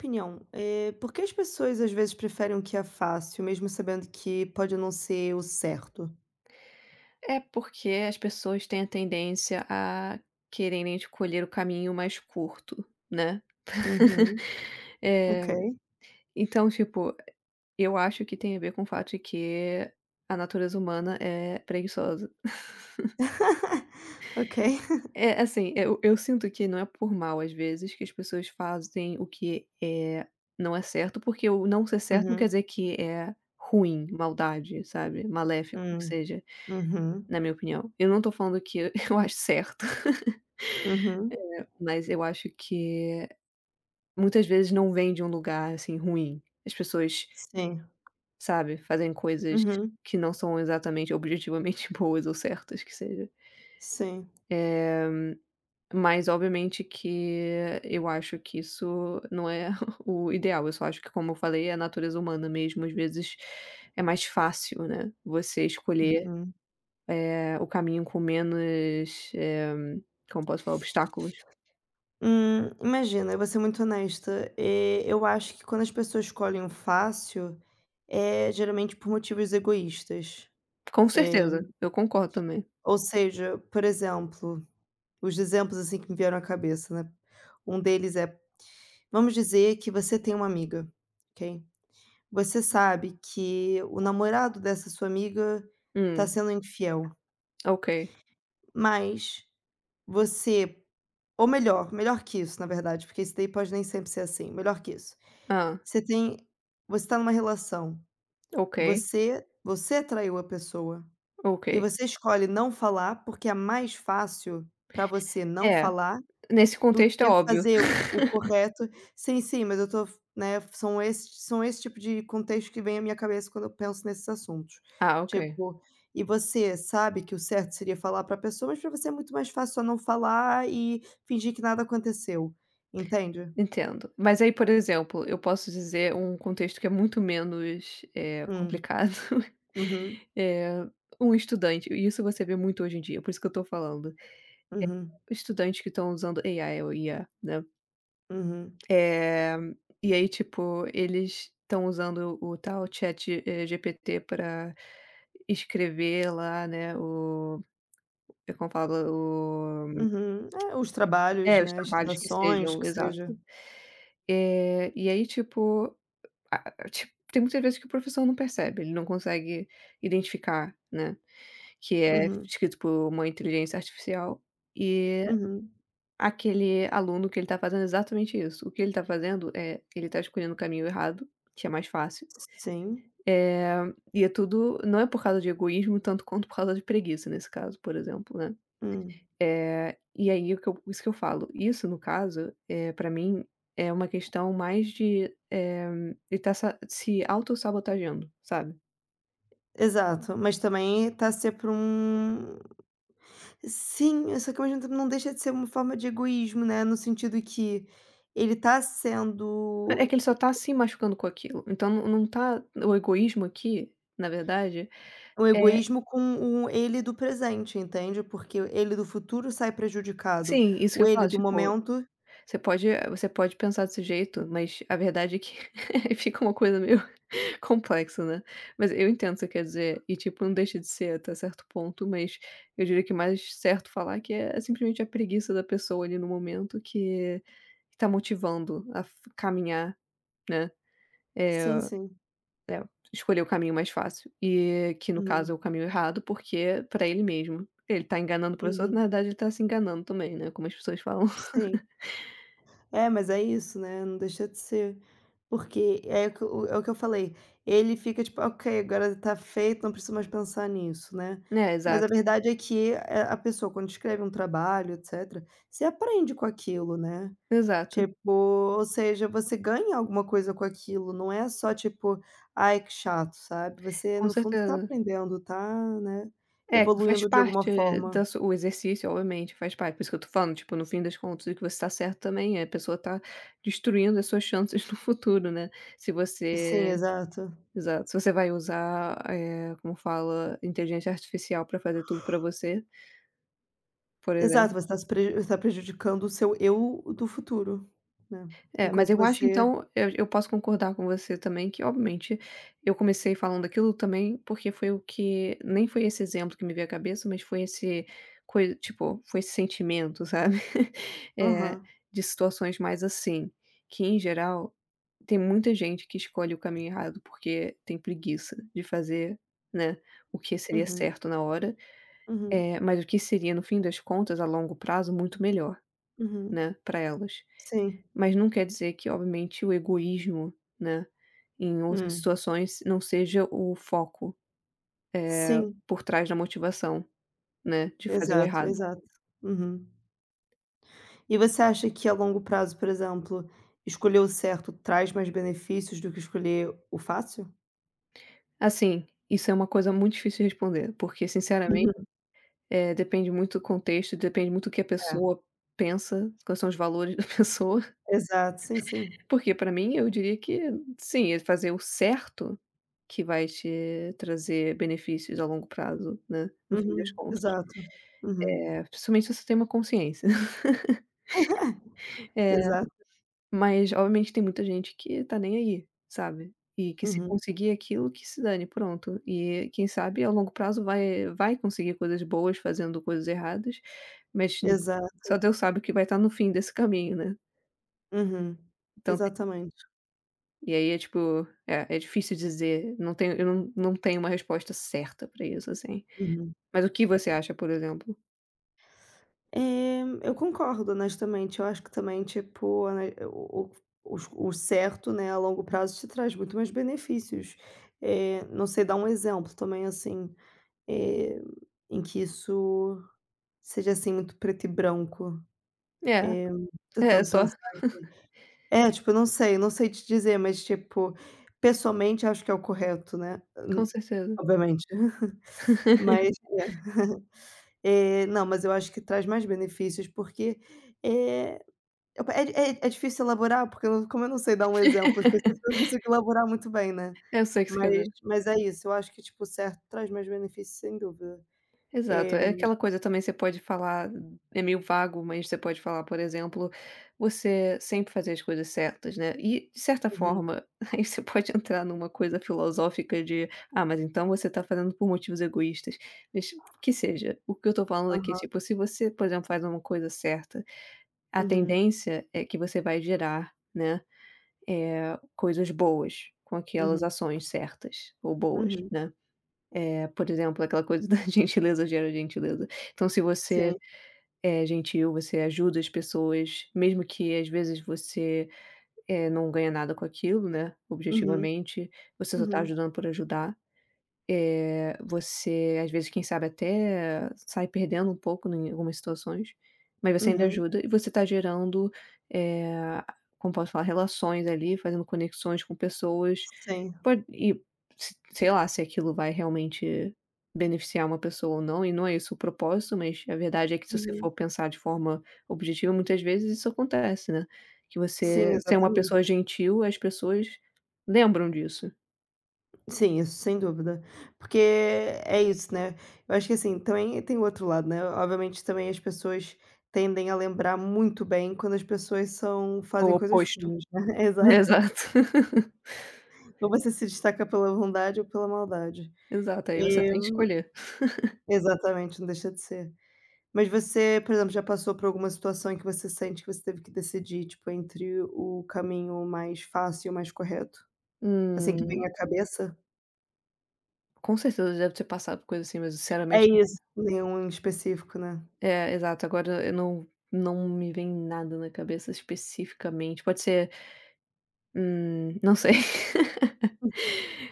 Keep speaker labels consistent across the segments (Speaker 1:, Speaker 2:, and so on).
Speaker 1: Opinião, por que as pessoas às vezes preferem o que é fácil, mesmo sabendo que pode não ser o certo?
Speaker 2: É porque as pessoas têm a tendência a quererem escolher o caminho mais curto, né.
Speaker 1: Uhum,
Speaker 2: Eh,
Speaker 1: ok.
Speaker 2: então, tipo, eu acho que tem a ver com o fato de que a natureza humana é preguiçosa.
Speaker 1: Ok.
Speaker 2: É, assim, eu sinto que não é por mal, às vezes, que as pessoas fazem o que, não é certo, porque o não ser certo não quer
Speaker 1: Uhum,
Speaker 2: dizer que é ruim, maldade, sabe, maléfico, que
Speaker 1: hum,
Speaker 2: seja,
Speaker 1: uhum,
Speaker 2: na minha opinião. Eu não tô falando que eu acho certo.
Speaker 1: uhum,
Speaker 2: Mas eu acho que muitas vezes não vem de um lugar, assim, ruim. As pessoas,
Speaker 1: sim,
Speaker 2: sabe, fazem coisas
Speaker 1: uhum,
Speaker 2: que não são exatamente objetivamente boas ou certas que seja.
Speaker 1: sim,
Speaker 2: Mas obviamente que eu acho que isso não é o ideal. Eu só acho que, como eu falei, é a natureza humana mesmo. Às vezes é mais fácil, né, você escolher,
Speaker 1: uhum.
Speaker 2: o caminho com menos, como posso falar? Obstáculos.
Speaker 1: Imagina, eu vou ser muito honesta. Eu acho que quando as pessoas escolhem o fácil, é geralmente por motivos egoístas.
Speaker 2: Com
Speaker 1: Eh,
Speaker 2: certeza, eu concordo também.
Speaker 1: ou seja, por exemplo, os exemplos assim que me vieram à cabeça, né? Um deles é: vamos dizer que você tem uma amiga, ok? Você sabe que o namorado dessa sua amiga está
Speaker 2: Hum,
Speaker 1: sendo infiel,
Speaker 2: ok.
Speaker 1: mas você ou melhor, melhor que isso, na verdade, porque isso daí pode nem sempre ser assim, melhor que isso.
Speaker 2: Ah,
Speaker 1: Você tem você está numa relação,
Speaker 2: ok.
Speaker 1: você traiu a pessoa
Speaker 2: Ok.
Speaker 1: e você escolhe não falar, porque é mais fácil para você não
Speaker 2: É,
Speaker 1: falar
Speaker 2: nesse
Speaker 1: do
Speaker 2: contexto é
Speaker 1: que
Speaker 2: óbvio.
Speaker 1: fazer o correto. Sim, sim, mas eu tô, né. São esse tipo de contexto que vem à minha cabeça quando eu penso nesses assuntos.
Speaker 2: Ah, ok.
Speaker 1: Tipo, e você sabe que o certo seria falar para a pessoa, mas para você é muito mais fácil só não falar e fingir que nada aconteceu, entende?
Speaker 2: Entendo. Mas aí, por exemplo, eu posso dizer um contexto que é muito menos,
Speaker 1: Hum,
Speaker 2: complicado,
Speaker 1: uhum,
Speaker 2: eh, um estudante, e isso você vê muito hoje em dia, por isso que eu tô falando.
Speaker 1: uhum,
Speaker 2: Estudantes que estão usando AI ou IA, né,
Speaker 1: uhum,
Speaker 2: eh, e aí, tipo, eles estão usando o tal Chat, GPT para escrever lá, né, o é como fala? O
Speaker 1: uhum. É, os trabalhos,
Speaker 2: É, os
Speaker 1: né, as
Speaker 2: trabalhos que
Speaker 1: redações,
Speaker 2: sejam,
Speaker 1: que seja.
Speaker 2: exato. E aí, tipo, a a ti tem muitas vezes que o professor não percebe, ele não consegue identificar, né, que é
Speaker 1: Uhum,
Speaker 2: escrito por uma inteligência artificial e
Speaker 1: uhum.
Speaker 2: aquele aluno que ele tá fazendo exatamente isso. O que ele tá fazendo é, que ele tá escolhendo o caminho errado, que é mais fácil,
Speaker 1: Sim,
Speaker 2: eh, e é tudo não é por causa de egoísmo tanto quanto por causa de preguiça nesse caso, por exemplo, né.
Speaker 1: hum.
Speaker 2: E aí o que eu isso que eu falo, isso no caso, é para mim é uma questão mais de, eh, ele tá sa se autossabotageando, sabe.
Speaker 1: Exato, mas também tá ser pra um. Sim, só que ao mesmo tempo não deixa de ser uma forma de egoísmo, né, no sentido que ele tá
Speaker 2: É
Speaker 1: sendo
Speaker 2: que ele só tá se machucando com aquilo, então não tá o egoísmo aqui, na verdade,
Speaker 1: um
Speaker 2: é
Speaker 1: egoísmo com o ele do presente, entende, porque o ele do futuro sai prejudicado,
Speaker 2: sim, isso que
Speaker 1: o
Speaker 2: eu
Speaker 1: ele
Speaker 2: falo,
Speaker 1: do
Speaker 2: tipo,
Speaker 1: momento.
Speaker 2: você pode pensar desse jeito, mas a verdade é que fica uma coisa meio complexo, né. Mas eu entendo o que você quer dizer, e tipo, não deixa de ser até certo ponto, mas eu diria que mais certo falar que é simplesmente a preguiça da pessoa ali no momento que tá motivando a f caminhar, né,
Speaker 1: Sim, sim.
Speaker 2: escolher o caminho mais fácil, e que no
Speaker 1: Uhum,
Speaker 2: caso é o caminho errado, porque pra ele mesmo. Ele tá enganando o professor, na
Speaker 1: uhum,
Speaker 2: verdade ele tá se enganando também, né, como as pessoas falam.
Speaker 1: sim. É, mas é isso, né, não deixa de ser. Porque é o que eu falei, ele fica tipo: "Ok, agora tá feito, não preciso mais pensar nisso", né.
Speaker 2: É,
Speaker 1: Mas a
Speaker 2: exato,
Speaker 1: verdade é que a pessoa quando escreve um trabalho, etcétera, você aprende com aquilo, né.
Speaker 2: exato,
Speaker 1: Tipo, ou seja, você ganha alguma coisa com aquilo, não é só tipo: "Ai, que chato", sabe. Você
Speaker 2: com
Speaker 1: no fundo tá
Speaker 2: certeza.
Speaker 1: aprendendo, tá, né,
Speaker 2: É, que faz
Speaker 1: evoluindo de alguma
Speaker 2: parte
Speaker 1: forma.
Speaker 2: da su o exercício, obviamente, faz parte. Por isso que eu tô falando, tipo, no fim das contas, o que você tá certo também é, a pessoa tá destruindo as suas chances no futuro, né. Se
Speaker 1: Sim,
Speaker 2: você
Speaker 1: exato.
Speaker 2: exato, se você vai usar, como fala, inteligência artificial para fazer tudo para você, por
Speaker 1: Exato,
Speaker 2: exemplo.
Speaker 1: você tá se preju está prejudicando o seu eu do futuro, né.
Speaker 2: É, mas
Speaker 1: Enquanto
Speaker 2: eu acho
Speaker 1: você.
Speaker 2: então, eu posso concordar com você também que obviamente, eu comecei falando daquilo também, porque foi o que nem foi esse exemplo que me veio à cabeça, mas foi esse coi tipo, foi esse sentimento, sabe, eh,
Speaker 1: Aham,
Speaker 2: de situações mais assim, que em geral, tem muita gente que escolhe o caminho errado porque tem preguiça de fazer, né, o que seria
Speaker 1: uhum,
Speaker 2: certo na hora,
Speaker 1: uhum,
Speaker 2: é, mas o que seria no fim das contas a longo prazo muito melhor,
Speaker 1: uhum,
Speaker 2: né, para elas.
Speaker 1: sim,
Speaker 2: Mas não quer dizer que, obviamente, o egoísmo, né, em outras
Speaker 1: hum,
Speaker 2: situações não seja o foco
Speaker 1: sim,
Speaker 2: por trás da motivação, né, de fazer o
Speaker 1: exato,
Speaker 2: errado.
Speaker 1: exato, uhum. E você acha que a longo prazo, por exemplo, escolher o certo traz mais benefícios do que escolher o fácil?
Speaker 2: Assim, isso é uma coisa muito difícil de responder, porque sinceramente,
Speaker 1: Uhum,
Speaker 2: depende muito do contexto, depende muito do que a pessoa pensa, quais são os valores da pessoa,
Speaker 1: é, exato, sim, sim,
Speaker 2: porque para mim eu diria que sim, é fazer o certo que vai te trazer benefícios a longo prazo, né, no fim das
Speaker 1: uhum,
Speaker 2: contas.
Speaker 1: exato, uhum,
Speaker 2: É, principalmente se você tem uma consciência.
Speaker 1: exato,
Speaker 2: Mas, obviamente, tem muita gente que tá nem aí, sabe. E que se
Speaker 1: uhum,
Speaker 2: conseguir aquilo, que se dane, pronto. E quem sabe a longo prazo vai conseguir coisas boas fazendo coisas erradas, mas
Speaker 1: exato,
Speaker 2: só Deus sabe o que vai estar no fim desse caminho, né.
Speaker 1: uhum,
Speaker 2: Então tem
Speaker 1: exatamente,
Speaker 2: e aí é tipo, é é difícil dizer, não tenho eu não tenho uma resposta certa pra isso, assim.
Speaker 1: uhum.
Speaker 2: Mas o que você acha, por exemplo?
Speaker 1: Eu concordo, honestamente. Eu acho que também, tipo, a o o certo, né, a longo prazo te traz muito mais benefícios. Não sei dar um exemplo também, assim, eh, em que isso seja, assim, muito preto e branco.
Speaker 2: É, é
Speaker 1: Tentando
Speaker 2: só
Speaker 1: pensar aqui. É, tipo, não sei, não sei te dizer, mas, tipo, pessoalmente acho que é o correto, né,
Speaker 2: com certeza.
Speaker 1: obviamente. Mas, não, mas eu acho que traz mais benefícios, porque, é Eu é é é difícil elaborar, porque eu como eu não sei dar um exemplo específico, eu não consigo elaborar muito bem, né.
Speaker 2: Eu sei o que você quer
Speaker 1: Mas
Speaker 2: dizer.
Speaker 1: mas é isso, eu acho que, tipo, o certo traz mais benefícios, sem dúvida.
Speaker 2: Exato,
Speaker 1: Eh
Speaker 2: é aquela coisa também você pode falar é meio vago, mas você pode falar, por exemplo, você sempre fazer as coisas certas, né, e de certa
Speaker 1: uhum,
Speaker 2: forma, aí você pode entrar numa coisa filosófica de: "Ah, mas então você tá fazendo por motivos egoístas", mas que seja, o que eu tô falando aqui,
Speaker 1: aham,
Speaker 2: tipo, se você, por exemplo, faz uma coisa certa, a
Speaker 1: uhum,
Speaker 2: tendência é que você vai gerar, né, coisas boas com aquelas
Speaker 1: uhum,
Speaker 2: ações certas ou boas,
Speaker 1: uhum,
Speaker 2: né. É, por exemplo, aquela coisa da gentileza gera gentileza. Então, se
Speaker 1: sim,
Speaker 2: você é gentil, você ajuda as pessoas, mesmo que às vezes você, não ganha nada com aquilo, né,
Speaker 1: uhum,
Speaker 2: objetivamente, você só tá
Speaker 1: uhum,
Speaker 2: ajudando por ajudar. Você, às vezes, quem sabe até sai perdendo um pouco em algumas situações, mas você ainda
Speaker 1: uhum,
Speaker 2: ajuda e você tá gerando, eh, como posso falar, relações ali, fazendo conexões com pessoas.
Speaker 1: sim,
Speaker 2: Pode e se sei lá se aquilo vai realmente beneficiar uma pessoa ou não, e não é isso o propósito, mas a verdade é que se você
Speaker 1: uhum.
Speaker 2: for pensar de forma objetiva, muitas vezes isso acontece, né, que você
Speaker 1: Sim,
Speaker 2: ser uma
Speaker 1: exatamente.
Speaker 2: pessoa gentil, as pessoas lembram disso,
Speaker 1: Sim, isso sem dúvida. Porque é isso, né, eu acho que, assim, também tem o outro lado, né, obviamente também as pessoas tendem a lembrar muito bem quando as pessoas são
Speaker 2: ou
Speaker 1: fazem
Speaker 2: o
Speaker 1: coisas
Speaker 2: oposto.
Speaker 1: ruins, né, exato.
Speaker 2: Exato.
Speaker 1: Ou você se destaca pela bondade ou pela maldade.
Speaker 2: Exato, aí você
Speaker 1: Eh
Speaker 2: tem que escolher.
Speaker 1: exatamente, não deixa de ser. Mas você, por exemplo, já passou por alguma situação em que você sente que você teve que decidir, tipo, entre o caminho mais fácil e o mais correto? Assim que vem
Speaker 2: Hum,
Speaker 1: à cabeça?
Speaker 2: com certeza deve ter passado por coisa assim, mas
Speaker 1: É
Speaker 2: sinceramente não
Speaker 1: isso, nenhum em específico, né.
Speaker 2: é, exato, agora eu não me vem nada na cabeça especificamente, pode ser, não sei.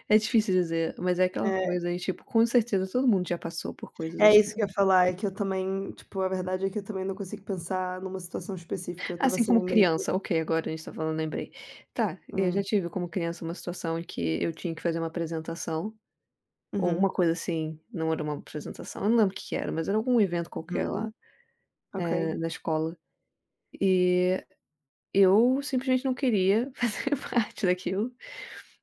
Speaker 2: É difícil dizer, mas é aquela
Speaker 1: É,
Speaker 2: coisa aí, tipo, com certeza todo mundo já passou por coisas
Speaker 1: é
Speaker 2: assim.
Speaker 1: isso que eu ia falar, é que eu também, tipo, a verdade é que eu também não consigo pensar numa situação específica, eu estava,
Speaker 2: Assim
Speaker 1: assim,
Speaker 2: como
Speaker 1: meio que.
Speaker 2: criança, ok, agora a gente tá falando, lembrei. Tá, eu já
Speaker 1: Hum,
Speaker 2: tive como criança uma situação em que eu tinha que fazer uma apresentação, ou uma
Speaker 1: uhum,
Speaker 2: coisa assim, não era uma apresentação, eu não lembro o que que era, mas era algum evento qualquer
Speaker 1: uhum,
Speaker 2: lá,
Speaker 1: ok,
Speaker 2: na escola. E eu simplesmente não queria fazer parte daquilo,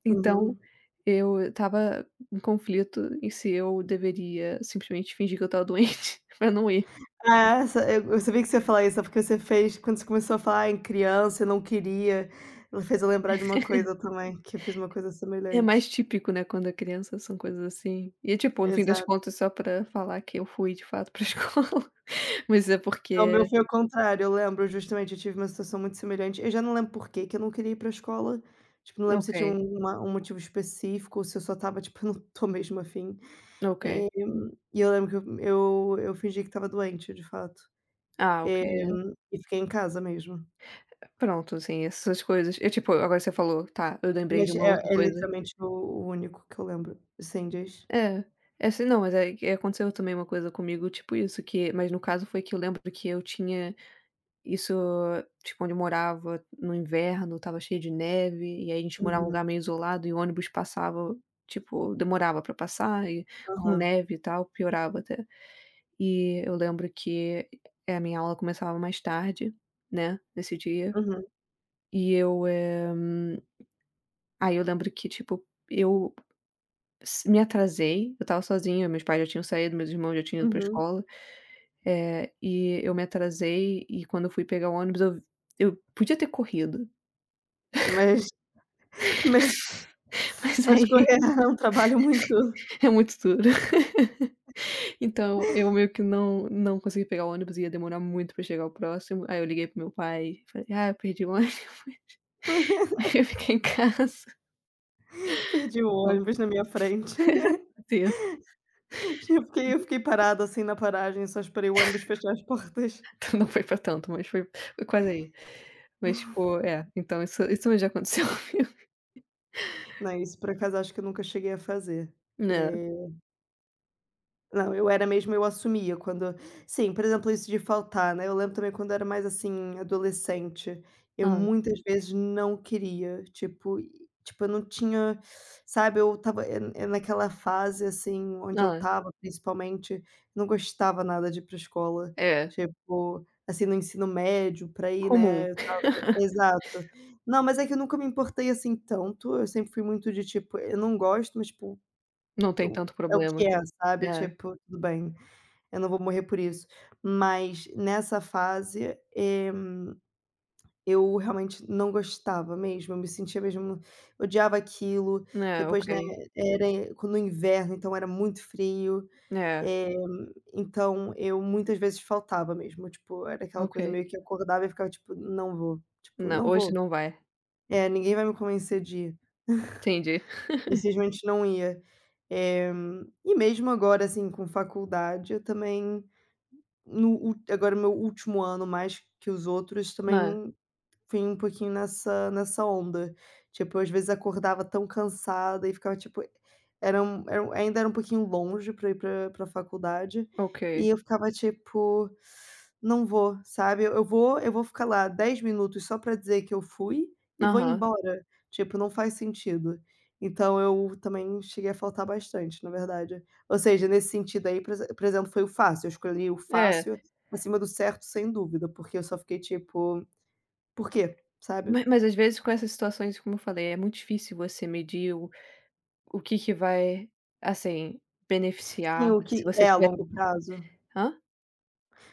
Speaker 2: então
Speaker 1: uhum.
Speaker 2: eu estava em conflito em se eu deveria simplesmente fingir que eu estava doente pra não ir.
Speaker 1: Ah, sa eu sabia que você ia falar isso, é porque você fez quando você começou a falar em criança e não queria, ela fez eu lembrar de uma coisa também, que eu fiz uma coisa
Speaker 2: É mais
Speaker 1: semelhante.
Speaker 2: típico, né, quando é criança, são coisas assim. E, tipo, no fim das
Speaker 1: Exato.
Speaker 2: contas, só pra falar que eu fui de fato pra escola, mas é
Speaker 1: Não, o meu
Speaker 2: porque
Speaker 1: foi o contrário, eu lembro justamente, eu tive uma situação muito semelhante, eu já não lembro por quê que eu não queria ir pra escola, tipo, não lembro se tinha
Speaker 2: ok,
Speaker 1: um uma um motivo específico ou se eu só estava, tipo: "Eu não tô mesmo afim. Fim".
Speaker 2: ok.
Speaker 1: Eh, e eu lembro que eu fingi que estava doente, de fato,
Speaker 2: Ah, ok, é.
Speaker 1: e fiquei em casa mesmo.
Speaker 2: Pronto, assim, essas coisas. Eu, tipo, agora você falou, tá, eu lembrei
Speaker 1: Mas
Speaker 2: de uma
Speaker 1: é
Speaker 2: outra
Speaker 1: é
Speaker 2: coisa.
Speaker 1: literalmente o único que eu lembro. Sem dias.
Speaker 2: É, é assim, não, mas é que aconteceu também uma coisa comigo, tipo isso, que mas no caso foi que eu lembro que eu tinha isso, tipo, onde eu morava, no inverno, estava cheio de neve, e aí a gente morava em um lugar meio isolado e o ônibus passava, tipo, demorava pra passar e com
Speaker 1: Aham.
Speaker 2: neve e tal, piorava até. E eu lembro que, a minha aula começava mais tarde, né, nesse dia,
Speaker 1: Uhum,
Speaker 2: e eu, aí eu lembro que, tipo, eu s me atrasei, eu estava sozinha, meus pais já tinham saído, meus irmãos já tinham ido pra
Speaker 1: uhum.
Speaker 2: escola, e eu me atrasei e quando eu fui pegar o ônibus eu podia ter corrido.
Speaker 1: Mas mas
Speaker 2: Mas
Speaker 1: mas
Speaker 2: aí
Speaker 1: correr é um trabalho muito.
Speaker 2: é muito duro. Então eu meio que não consegui pegar o ônibus, ia demorar muito pra chegar ao próximo. Aí eu liguei pro meu pai, falei: "Ah, eu perdi o ônibus". Aí eu fiquei em casa.
Speaker 1: Perdi o
Speaker 2: Então,
Speaker 1: ônibus na minha frente.
Speaker 2: isso.
Speaker 1: Eu fiquei parada, assim, na paragem, só esperei o ônibus fechar as portas.
Speaker 2: Então não foi pra tanto, mas foi quase aí. Mas tipo, é, então isso já aconteceu comigo.
Speaker 1: Não, isso por acaso acho que eu nunca cheguei a fazer.
Speaker 2: Né.
Speaker 1: Eh Não, eu era mesmo, eu assumia quando sim, por exemplo, isso de faltar, né, eu lembro também quando eu era mais, assim, adolescente, eu
Speaker 2: Hã,
Speaker 1: muitas vezes não queria, tipo e tipo, eu não tinha, sabe, eu estava, eu naquela fase, assim, onde eu
Speaker 2: hã.
Speaker 1: estava principalmente, não gostava nada de ir para escola,
Speaker 2: É,
Speaker 1: tipo, assim, no ensino médio, pra ir, né,
Speaker 2: comum.
Speaker 1: exato. Não, mas é que eu nunca me importei, assim, tanto, eu sempre fui muito de tipo: "Eu não gosto, mas, tipo,
Speaker 2: Não tem
Speaker 1: eu
Speaker 2: tanto
Speaker 1: é o
Speaker 2: problema.
Speaker 1: que é", sabe,
Speaker 2: É.
Speaker 1: tipo, tudo bem. Eu não vou morrer por isso. Mas nessa fase, eh, eu realmente não gostava mesmo, eu me sentia mesmo, odiava aquilo,
Speaker 2: Né, ok.
Speaker 1: depois, né, era no inverno, então era muito frio.
Speaker 2: É,
Speaker 1: eh, então eu muitas vezes faltava mesmo, tipo, era aquela coisa
Speaker 2: ok.
Speaker 1: meio que eu acordava e ficava tipo: "Não vou", tipo:
Speaker 2: Não,
Speaker 1: "Não
Speaker 2: hoje
Speaker 1: vou".
Speaker 2: não vai.
Speaker 1: É, ninguém vai me convencer de ir,
Speaker 2: Entendi.
Speaker 1: e simplesmente não ia. Eh, e mesmo agora, assim, com faculdade, eu também. No ul Agora meu último ano, mais que os outros,
Speaker 2: É,
Speaker 1: também fui um pouquinho nessa onda. Tipo, eu, às vezes acordava tão cansada e ficava tipo, era um ainda era um pouquinho longe pra ir pra faculdade, e
Speaker 2: ok.
Speaker 1: eu ficava tipo: "Não vou", sabe. Eu vou ficar lá 10 minutos só pra dizer que eu fui e vou
Speaker 2: Aham.
Speaker 1: embora, tipo, não faz sentido. Então eu também cheguei a faltar bastante, na verdade. Ou seja, nesse sentido aí, por exemplo, foi o fácil, eu escolhi o
Speaker 2: É.
Speaker 1: fácil acima do certo, sem dúvida, porque eu só fiquei tipo, por quê? Sabe?
Speaker 2: Ma Mas às vezes com essas situações, como eu falei, é muito difícil você medir o que que vai, assim,
Speaker 1: Sim,
Speaker 2: beneficiar
Speaker 1: o
Speaker 2: se
Speaker 1: que
Speaker 2: você
Speaker 1: é a
Speaker 2: tiver
Speaker 1: longo prazo.
Speaker 2: hã?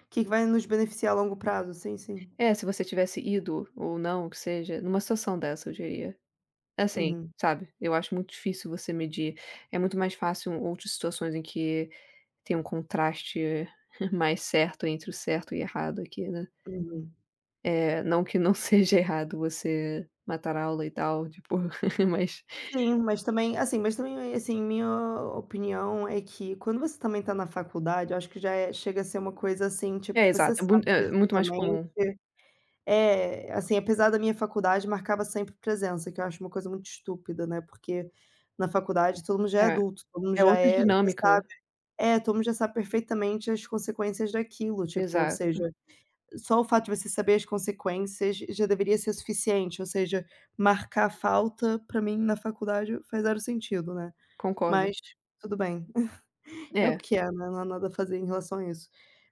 Speaker 1: O que que vai nos beneficiar a longo prazo, sim, sim.
Speaker 2: É, se você tivesse ido ou não, que seja, numa situação dessa, eu diria. Assim,
Speaker 1: Uhum,
Speaker 2: sabe, eu acho muito difícil você medir. É muito mais fácil outras situações em que tem um contraste mais certo entre o certo e errado aqui, né.
Speaker 1: uhum.
Speaker 2: É não que não seja errado você matar a aula e tal, tipo, mas
Speaker 1: Sim, mas também, assim, minha opinião é que quando você também tá na faculdade, eu acho que já é chega a ser uma coisa, assim, tipo,
Speaker 2: é,
Speaker 1: você
Speaker 2: exato, é mui
Speaker 1: sabe
Speaker 2: é muito mais
Speaker 1: perfeitamente,
Speaker 2: comum.
Speaker 1: é, assim, apesar da minha faculdade marcava sempre presença, que eu acho uma coisa muito estúpida, né, porque na faculdade todo mundo já é
Speaker 2: É.
Speaker 1: adulto, todo mundo
Speaker 2: É outra
Speaker 1: já
Speaker 2: dinâmica,
Speaker 1: sabe, é, todo mundo já sabe perfeitamente as consequências daquilo, tipo, ou
Speaker 2: exato,
Speaker 1: seja, só o fato de você saber as consequências já deveria ser suficiente, ou seja, marcar falta pra mim na faculdade faz zero sentido, né,
Speaker 2: concordo.
Speaker 1: mas tudo bem, é o
Speaker 2: É,
Speaker 1: que é, né, não há nada a fazer em relação a isso.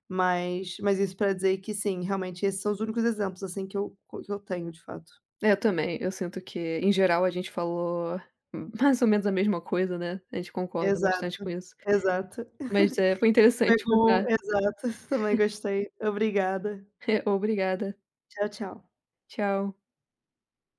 Speaker 1: Mas isso pra dizer que sim, realmente esses são os únicos exemplos, assim, que eu tenho de fato.
Speaker 2: eu também, eu sinto que em geral a gente falou mais ou menos a mesma coisa, né, a gente concorda bastante
Speaker 1: Exato,
Speaker 2: com isso.
Speaker 1: exato.
Speaker 2: Mas, foi interessante
Speaker 1: Pegou,
Speaker 2: escutar.
Speaker 1: exato, também gostei. Obrigada.
Speaker 2: É, obrigada.
Speaker 1: Tchau, tchau.
Speaker 2: Tchau.